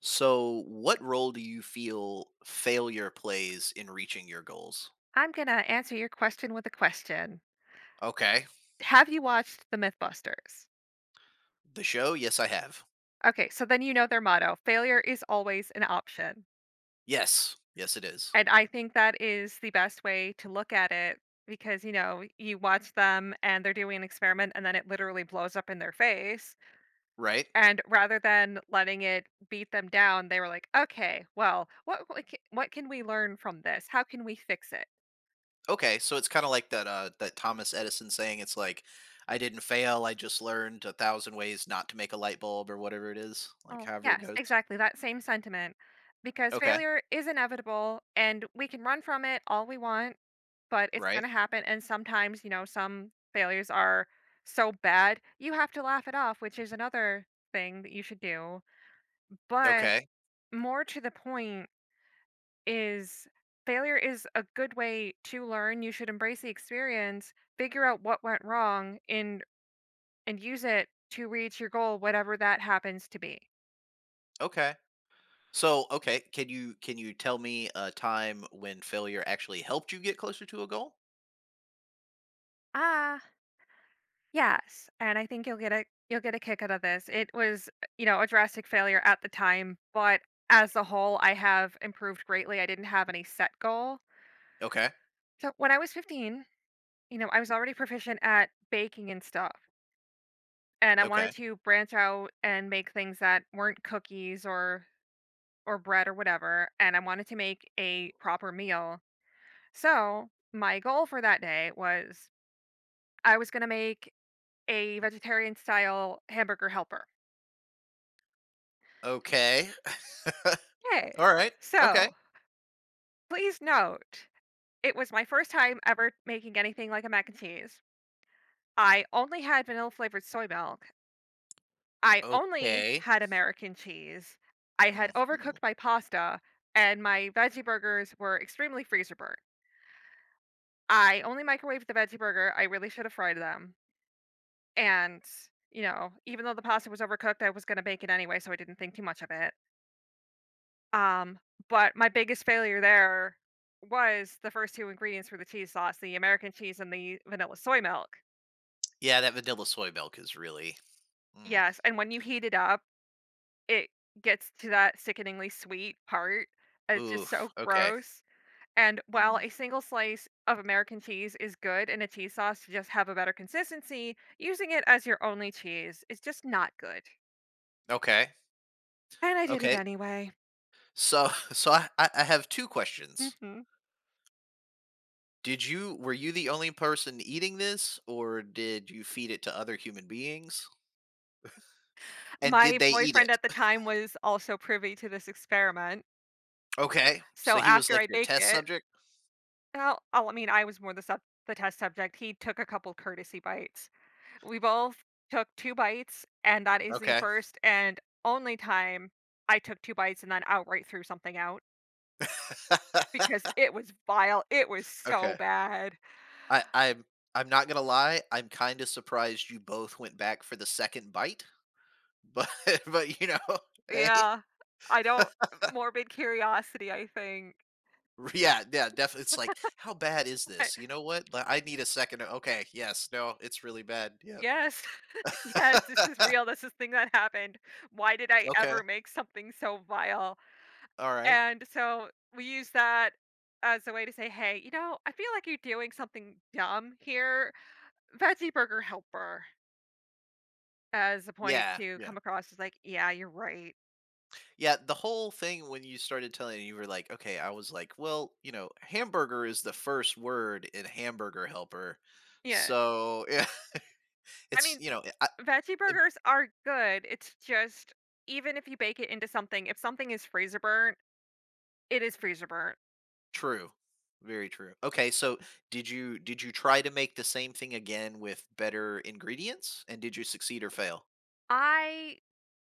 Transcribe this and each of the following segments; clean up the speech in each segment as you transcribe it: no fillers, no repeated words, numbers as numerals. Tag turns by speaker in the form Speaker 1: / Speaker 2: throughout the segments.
Speaker 1: So, what role do you feel failure plays in reaching your goals?
Speaker 2: I'm gonna answer your question with a question.
Speaker 1: Okay.
Speaker 2: Have you watched the Mythbusters?
Speaker 1: The show? Yes, I have.
Speaker 2: Okay, so then you know their motto failure is always an option.
Speaker 1: Yes. Yes, it is.
Speaker 2: And I think that is the best way to look at it because, you know, you watch them and they're doing an experiment and then it literally blows up in their face.
Speaker 1: Right?
Speaker 2: And rather than letting it beat them down, they were like, okay, well, what can we learn from this? How can we fix it?
Speaker 1: Okay. So it's kind of like that that Thomas Edison saying. It's like, I didn't fail, I just learned a thousand ways not to make a light bulb or whatever it is, like
Speaker 2: Oh,
Speaker 1: however it
Speaker 2: yes,
Speaker 1: goes.
Speaker 2: exactly, that same sentiment, because
Speaker 1: Okay.
Speaker 2: failure is inevitable, and we can run from it all we want, but it's
Speaker 1: Right?
Speaker 2: gonna happen, and sometimes, you know, some failures are so bad, you have to laugh it off, which is another thing that you should do, but
Speaker 1: Okay.
Speaker 2: more to the point is failure is a good way to learn. You should embrace the experience, figure out what went wrong, and use it to reach your goal, whatever that happens to be.
Speaker 1: Okay. So, okay, can you tell me a time when failure actually helped you get closer to a goal?
Speaker 2: Ah Yes, and I think you'll get a kick out of this. It was, you know, a drastic failure at the time, but as a whole, I have improved greatly. I didn't have any set goal.
Speaker 1: Okay.
Speaker 2: So when I was 15, you know, I was already proficient at baking and stuff, and I
Speaker 1: Okay.
Speaker 2: wanted to branch out and make things that weren't cookies or bread or whatever, and I wanted to make a proper meal. So, my goal for that day was I was going to make a vegetarian style hamburger helper.
Speaker 1: Okay.
Speaker 2: Hey,
Speaker 1: All right.
Speaker 2: so
Speaker 1: Okay.
Speaker 2: please note, it was my first time ever making anything like a mac and cheese. I only had vanilla flavored soy milk. I only
Speaker 1: Okay.
Speaker 2: had American cheese. I had
Speaker 1: Mhm.
Speaker 2: overcooked my pasta, and my veggie burgers were extremely freezer burnt. I only microwaved the veggie burger. I really should have fried them. And, you know, even though the pasta was overcooked, I was going to bake it anyway, so I didn't think too much of it. Um, but my biggest failure there was the first two ingredients for the cheese sauce, the American cheese and the vanilla soy milk.
Speaker 1: Yeah, that vanilla soy milk is really. Mm.
Speaker 2: Yes, and when you heat it up, it gets to that sickeningly sweet part, and it's just
Speaker 1: Oof.
Speaker 2: so
Speaker 1: Okay.
Speaker 2: gross. And while
Speaker 1: Mm.
Speaker 2: a single slice of American cheese is good in a cheese sauce to just have a better consistency, using it as your only cheese is just not good.
Speaker 1: Okay.
Speaker 2: And I did it
Speaker 1: Okay.
Speaker 2: anyway.
Speaker 1: So, so I have two questions.
Speaker 2: hmm
Speaker 1: Did you Were you the only person eating this, or did you feed it to other human beings? And did
Speaker 2: My
Speaker 1: they eat
Speaker 2: boyfriend
Speaker 1: it?
Speaker 2: at the time was also privy to this experiment.
Speaker 1: Okay. So
Speaker 2: So
Speaker 1: he was
Speaker 2: after
Speaker 1: like
Speaker 2: I
Speaker 1: your
Speaker 2: baked
Speaker 1: test
Speaker 2: it,
Speaker 1: subject.
Speaker 2: well, oh, I mean, I was more the sub the test subject, he took a couple courtesy bites. We both took 2 bites, and that is the
Speaker 1: Okay.
Speaker 2: first and only time I took 2 bites and then outright threw something out because it was vile, it was so
Speaker 1: Okay.
Speaker 2: bad.
Speaker 1: I I'm I'm not gonna lie. I'm kind of surprised you both went back for the second bite. But but, you know, hey?
Speaker 2: Yeah. I don't Morbid curiosity, I think.
Speaker 1: Yeah, yeah, definitely. It's like, "How bad is
Speaker 2: I
Speaker 1: this? You know what? Li I need a second to okay, yes, no, it's really bad, yep."
Speaker 2: Yes. Yes, this is real, this is thing that happened. Why did I
Speaker 1: Okay,
Speaker 2: ever make something so vile?
Speaker 1: alright.
Speaker 2: And so we use that as a way to say, "Hey, you know, I feel like you're doing something dumb here. Veggie burger helper," as a point
Speaker 1: Yeah,
Speaker 2: to
Speaker 1: yeah.
Speaker 2: come across as like, "Yeah, you're right."
Speaker 1: Yeah, the whole thing, when you started telling it, you were like, "Okay," I was like, "Well, you know, hamburger is the first word in Hamburger Helper."
Speaker 2: Yeah.
Speaker 1: So, yeah,
Speaker 2: I
Speaker 1: it's
Speaker 2: mean,
Speaker 1: I
Speaker 2: veggie burgers are good. It's just even if you bake it into something, if something is freezer burnt, it is freezer burnt.
Speaker 1: True. Very true. Okay, so did you try to make the same thing again with better ingredients, and did you succeed or fail?
Speaker 2: I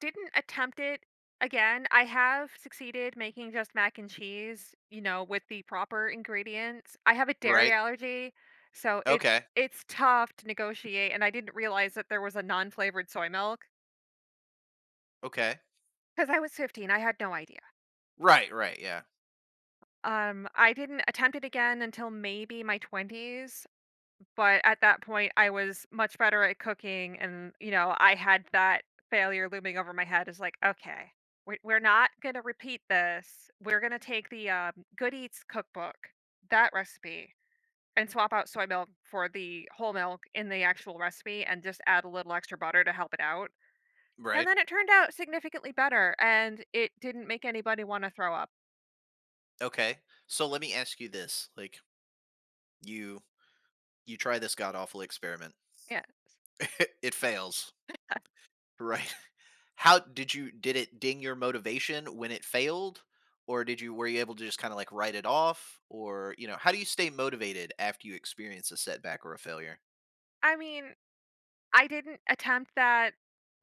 Speaker 2: didn't attempt it again. I have succeeded making just mac and cheese, you know, with the proper ingredients. I have a dairy
Speaker 1: Right.
Speaker 2: allergy, so
Speaker 1: Okay.
Speaker 2: it's tough to negotiate and I didn't realize that there was a non-flavored soy milk
Speaker 1: Okay.
Speaker 2: because I was 15. I had no idea.
Speaker 1: Right, right, yeah.
Speaker 2: I didn't attempt it again until maybe my 20s. But at that point, I was much better at cooking, and, you know, I had that failure looming over my head. Is like, "Okay, we're not gonna repeat this. We're gonna take the, Good Eats cookbook, that recipe, and swap out soy milk for the whole milk in the actual recipe and just add a little extra butter to help it out." And
Speaker 1: Right.
Speaker 2: then it turned out significantly better, and it didn't make anybody wanna throw up.
Speaker 1: Okay. So let me ask you this, like, you you try this god awful experiment.
Speaker 2: Yes.
Speaker 1: It fails. Right. How did you did it ding your motivation when it failed? Or did you were you able to just kind of like write it off? Or, you know, how do you stay motivated after you experience a setback or a failure?
Speaker 2: I mean I didn't attempt that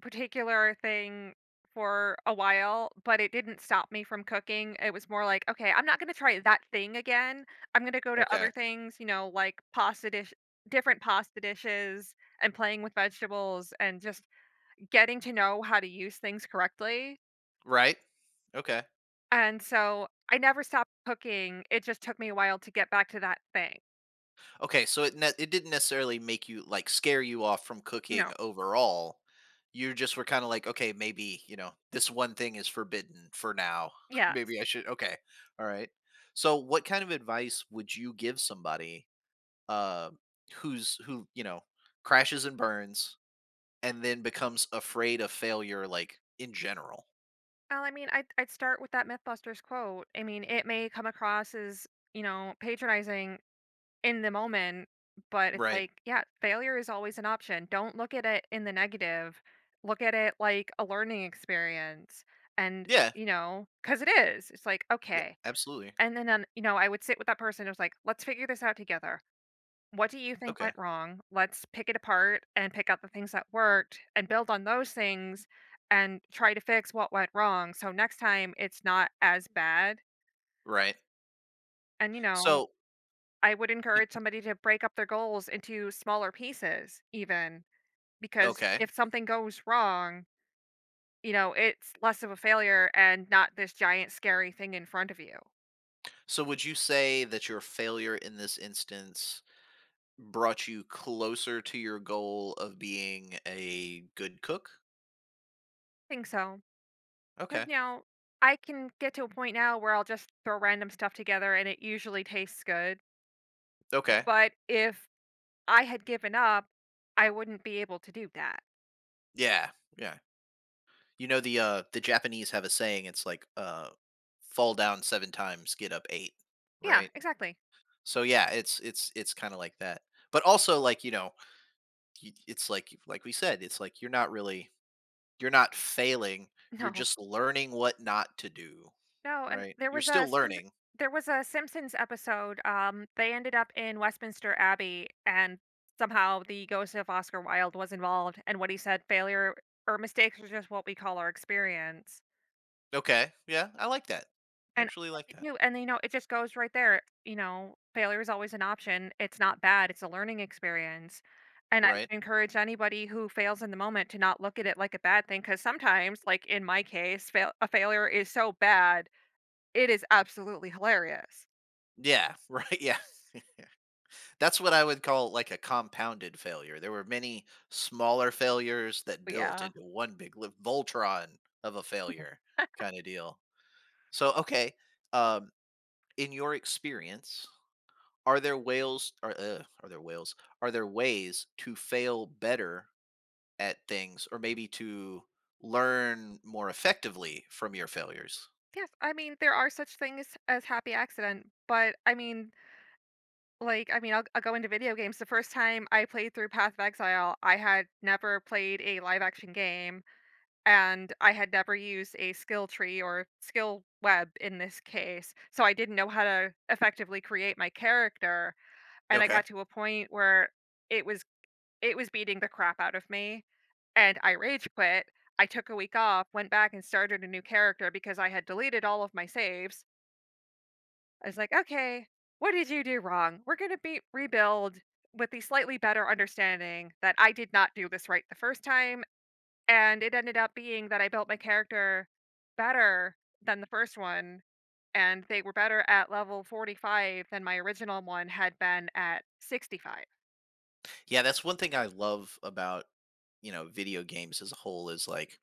Speaker 2: particular thing for a while, but it didn't stop me from cooking. It was more like, "Okay, I'm not gonna try that thing again. I'm gonna go to
Speaker 1: Okay.
Speaker 2: other things, you know, like pasta dish different pasta dishes and playing with vegetables and just getting to know how to use things correctly."
Speaker 1: Right. Okay.
Speaker 2: And so, I never stopped cooking, it just took me a while to get back to that thing.
Speaker 1: Okay. So it it didn't necessarily make you like scare you off from cooking
Speaker 2: No.
Speaker 1: overall. You just were kind of like, okay, maybe this one thing is forbidden for now.
Speaker 2: Yeah.
Speaker 1: Maybe I should. Okay. All right. So what kind of advice would you give somebody, uh, who's who you know, crashes and burns and then becomes afraid of failure, like in general?
Speaker 2: Well, I mean, I'd start with that Mythbusters quote. I mean, it may come across as, you know, patronizing in the moment, but it's
Speaker 1: Right.
Speaker 2: like, yeah, failure is always an option. Don't look at it in the negative. Look at it like a learning experience. And,
Speaker 1: Yeah.
Speaker 2: you know, because it is. It's like,
Speaker 1: Yeah.
Speaker 2: okay.
Speaker 1: Absolutely.
Speaker 2: And then, you know, I would sit with that person. It was like, let's figure this out together. What do you think
Speaker 1: Okay.
Speaker 2: went wrong? Let's pick it apart and pick out the things that worked and build on those things and try to fix what went wrong. So next time it's not as bad.
Speaker 1: Right.
Speaker 2: And, you know,
Speaker 1: So.
Speaker 2: I would
Speaker 1: y-
Speaker 2: encourage somebody to break up their goals into smaller pieces, even because
Speaker 1: Okay.
Speaker 2: if something goes wrong, you know, it's less of a failure and not this giant scary thing in front of you.
Speaker 1: So would you say that your failure in this instance brought you closer to your goal of being a good cook?
Speaker 2: Think so. Because,
Speaker 1: Okay.
Speaker 2: you know, I can get to a point now where I'll just throw random stuff together and it usually tastes good.
Speaker 1: Okay.
Speaker 2: But if I had given up, I wouldn't be able to do that.
Speaker 1: Yeah. Yeah. You know, the Japanese have a saying. It's like, fall down 7 times, get up 8,
Speaker 2: Yeah,
Speaker 1: right?
Speaker 2: exactly.
Speaker 1: So yeah, it's it's kind of like that. But also, like, you know, it's like we said, it's like you're not really you're not failing, you're
Speaker 2: No.
Speaker 1: just learning what not to do,
Speaker 2: No, and
Speaker 1: right? You're still learning.
Speaker 2: There was a Simpsons episode, they ended up in Westminster Abbey, and somehow the ghost of Oscar Wilde was involved, and what he said, "Failure or mistakes are just what we call our experience."
Speaker 1: Okay. Yeah, I like that. I
Speaker 2: And I
Speaker 1: actually like
Speaker 2: like it
Speaker 1: that.
Speaker 2: too, and, you know, it just goes right there, you know, failure is always an option, it's not bad, it's a learning experience, and I
Speaker 1: Right?
Speaker 2: would encourage anybody who fails in the moment to not look at it like a bad thing. Because sometimes, like in my case, failure is so bad, it is absolutely hilarious.
Speaker 1: Yeah, right, yeah. That's what I would call, like, a compounded failure. There were many smaller failures that
Speaker 2: But
Speaker 1: built
Speaker 2: yeah.
Speaker 1: into one big li Voltron of a failure kinda deal. So, okay, um, in your experience, are there whales are there whales? Are there ways to fail better at things, or maybe to learn more effectively from your failures?
Speaker 2: Yes, I mean, there are such things as happy accident, but I mean, like, I mean, I'll go into video games, the first time I played through Path of Exile, I had never played a live action game, and I had never used a skill tree or skill web in this case, so I didn't know how to effectively create my character, and I
Speaker 1: Okay.
Speaker 2: got to a point where it was it was beating the crap out of me, and I rage quit. I took a week off, went back and started a new character because I had deleted all of my saves. I was like, "Okay, what did you do wrong? We're gonna be rebuild with the slightly better understanding that I did not do this right the first time, and it ended up being that I built my character better than the first one, and they were better at level 45 than my original one had been at 65.
Speaker 1: Yeah, that's one thing I love about, you know, video games as a whole, is like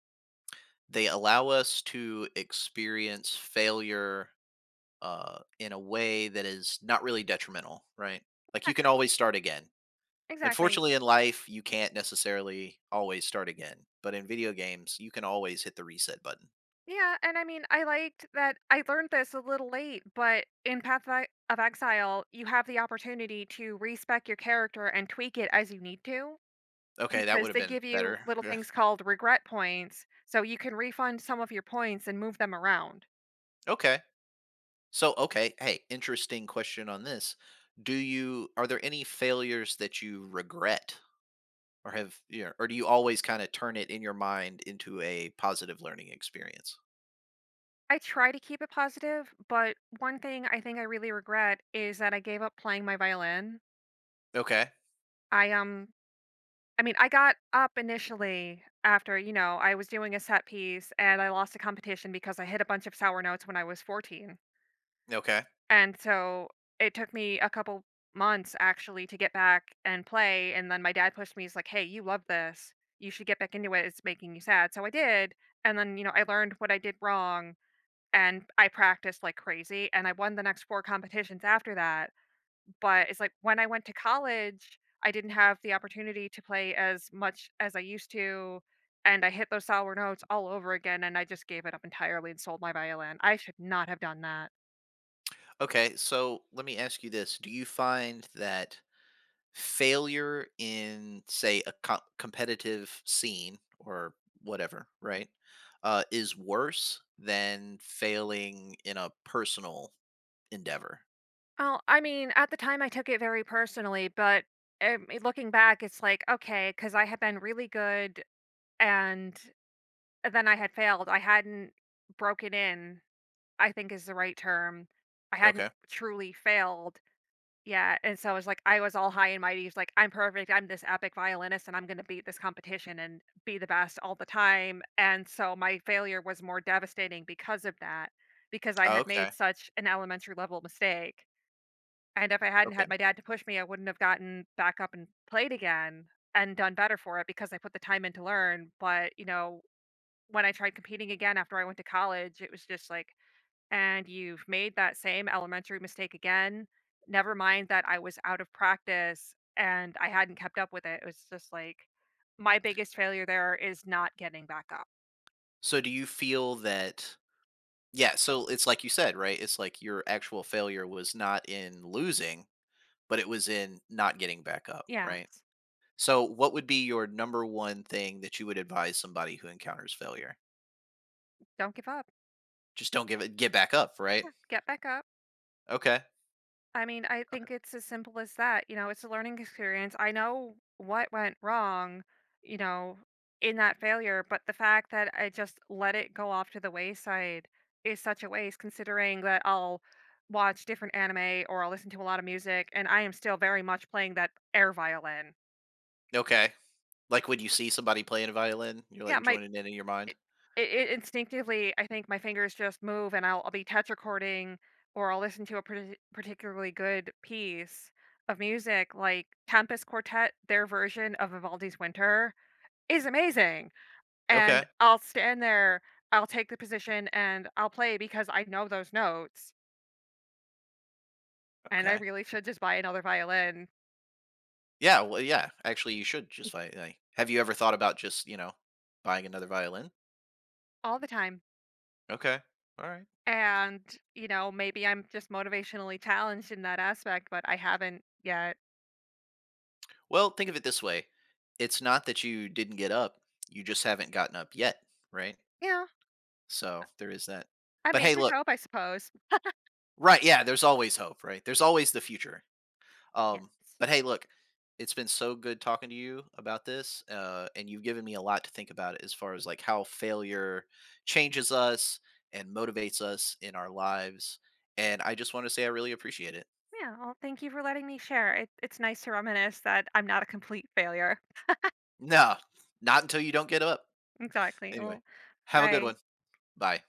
Speaker 1: they allow us to experience failure in a way that is not really detrimental, right? Like, you can always start again.
Speaker 2: Exactly.
Speaker 1: Unfortunately, in life, you can't necessarily always start again, but in video games, you can always hit the reset button.
Speaker 2: Yeah, and I mean, I liked that I learned this a little late, but in Path of Exile, you have the opportunity to respec your character and tweak it as you need to
Speaker 1: Okay, that
Speaker 2: because
Speaker 1: would have
Speaker 2: they
Speaker 1: been
Speaker 2: give you
Speaker 1: better.
Speaker 2: little
Speaker 1: Yeah.
Speaker 2: things called regret points, so you can refund some of your points and move them around.
Speaker 1: Okay. So, okay. Hey, interesting question on this. Are there any failures that you regret, or have you know, or do you always kind of turn it in your mind into a positive learning experience?
Speaker 2: I try to keep it positive, but one thing I think I really regret is that I gave up playing my violin.
Speaker 1: Okay.
Speaker 2: I um I mean, I got up initially after, you know, I was doing a set piece and I lost a competition because I hit a bunch of sour notes when I was 14.
Speaker 1: Okay.
Speaker 2: And so it took me a couple months actually to get back and play and then my dad pushed me, he's like, "Hey, you love this. You should get back into it. It's making you sad." So I did, and then, you know, I learned what I did wrong. And I practiced like crazy, and I won the next 4 competitions after that, but it's like when I went to college, I didn't have the opportunity to play as much as I used to, and I hit those sour notes all over again, and I just gave it up entirely and sold my violin. I should not have done that.
Speaker 1: Okay. So let me ask you this. Do you find that failure in, say, a competitive scene or whatever, right, is worse than failing in a personal endeavor?
Speaker 2: Oh, I mean, at the time, I took it very personally, but, looking back, it's like, okay, because I had been really good, and then I had failed. I hadn't broken in. I think is the right term. I hadn't
Speaker 1: Okay.
Speaker 2: truly failed yet, and so it's like I was all high and mighty. It's like I'm perfect. I'm this epic violinist, and I'm going to beat this competition and be the best all the time. And so my failure was more devastating because of that, because I had
Speaker 1: Okay.
Speaker 2: made such an elementary level mistake. And if I hadn't had
Speaker 1: Okay.
Speaker 2: my dad to push me, I wouldn't have gotten back up and played again and done better for it because I put the time in to learn. But you know, when I tried competing again after I went to college, it was just like and you've made that same elementary mistake again. Never mind that I was out of practice and I hadn't kept up with it. It was just like my biggest failure there is not getting back up.
Speaker 1: So do you feel that, yeah, so it's like you said, right? It's like your actual failure was not in losing, but it was in not getting back up,
Speaker 2: Yeah.
Speaker 1: right?
Speaker 2: s-
Speaker 1: So, what would be your number one thing that you would advise somebody who encounters failure?
Speaker 2: Don't give up.
Speaker 1: Just don't give it, get back up, right?
Speaker 2: Yeah, get back up.
Speaker 1: Okay.
Speaker 2: I mean, I
Speaker 1: Okay.
Speaker 2: think it's as simple as that, you know, it's a learning experience. I know what went wrong, you know, in that failure, but the fact that I just let it go off to the wayside is such a waste considering that I'll watch different anime or I'll listen to a lot of music and I am still very much playing that air violin.
Speaker 1: Okay. Like, when you see somebody playing a violin, you're
Speaker 2: Yeah,
Speaker 1: like
Speaker 2: my
Speaker 1: joining in your mind.
Speaker 2: It it instinctively, I think my fingers just move and I'll be touch recording or I'll listen to a particularly good piece of music, like Tempest Quartet, their version of Vivaldi's Winter is amazing, and
Speaker 1: Okay.
Speaker 2: I'll stand there, I'll take the position, and I'll play because I know those notes, and I
Speaker 1: Okay.
Speaker 2: really should just buy another violin
Speaker 1: Yeah. Well, yeah. Actually, you should just buy. Like, have you ever thought about just, you know, buying another violin?
Speaker 2: all the time,
Speaker 1: Okay. All right.
Speaker 2: and, you know, maybe I'm just motivationally challenged in that aspect, but I haven't yet.
Speaker 1: Well, think of it this way, it's not that you didn't get up, you just haven't gotten up yet, right?
Speaker 2: Yeah,
Speaker 1: So, there is that.
Speaker 2: I
Speaker 1: But
Speaker 2: mean,
Speaker 1: hey,
Speaker 2: there's
Speaker 1: look.
Speaker 2: hope, I suppose.
Speaker 1: Right, yeah, there's always hope, right? There's always the future. Um,
Speaker 2: Yes.
Speaker 1: but hey, look, it's been so good talking to you about this, and you've given me a lot to think about as far as like how failure changes us and motivates us in our lives. And I just want to say I really appreciate it.
Speaker 2: Yeah. Well, thank you for letting me share. It's nice to reminisce that I'm not a complete failure.
Speaker 1: No, not until you don't get up.
Speaker 2: Exactly.
Speaker 1: Anyway,
Speaker 2: Well,
Speaker 1: have a good one.
Speaker 2: I
Speaker 1: Bye.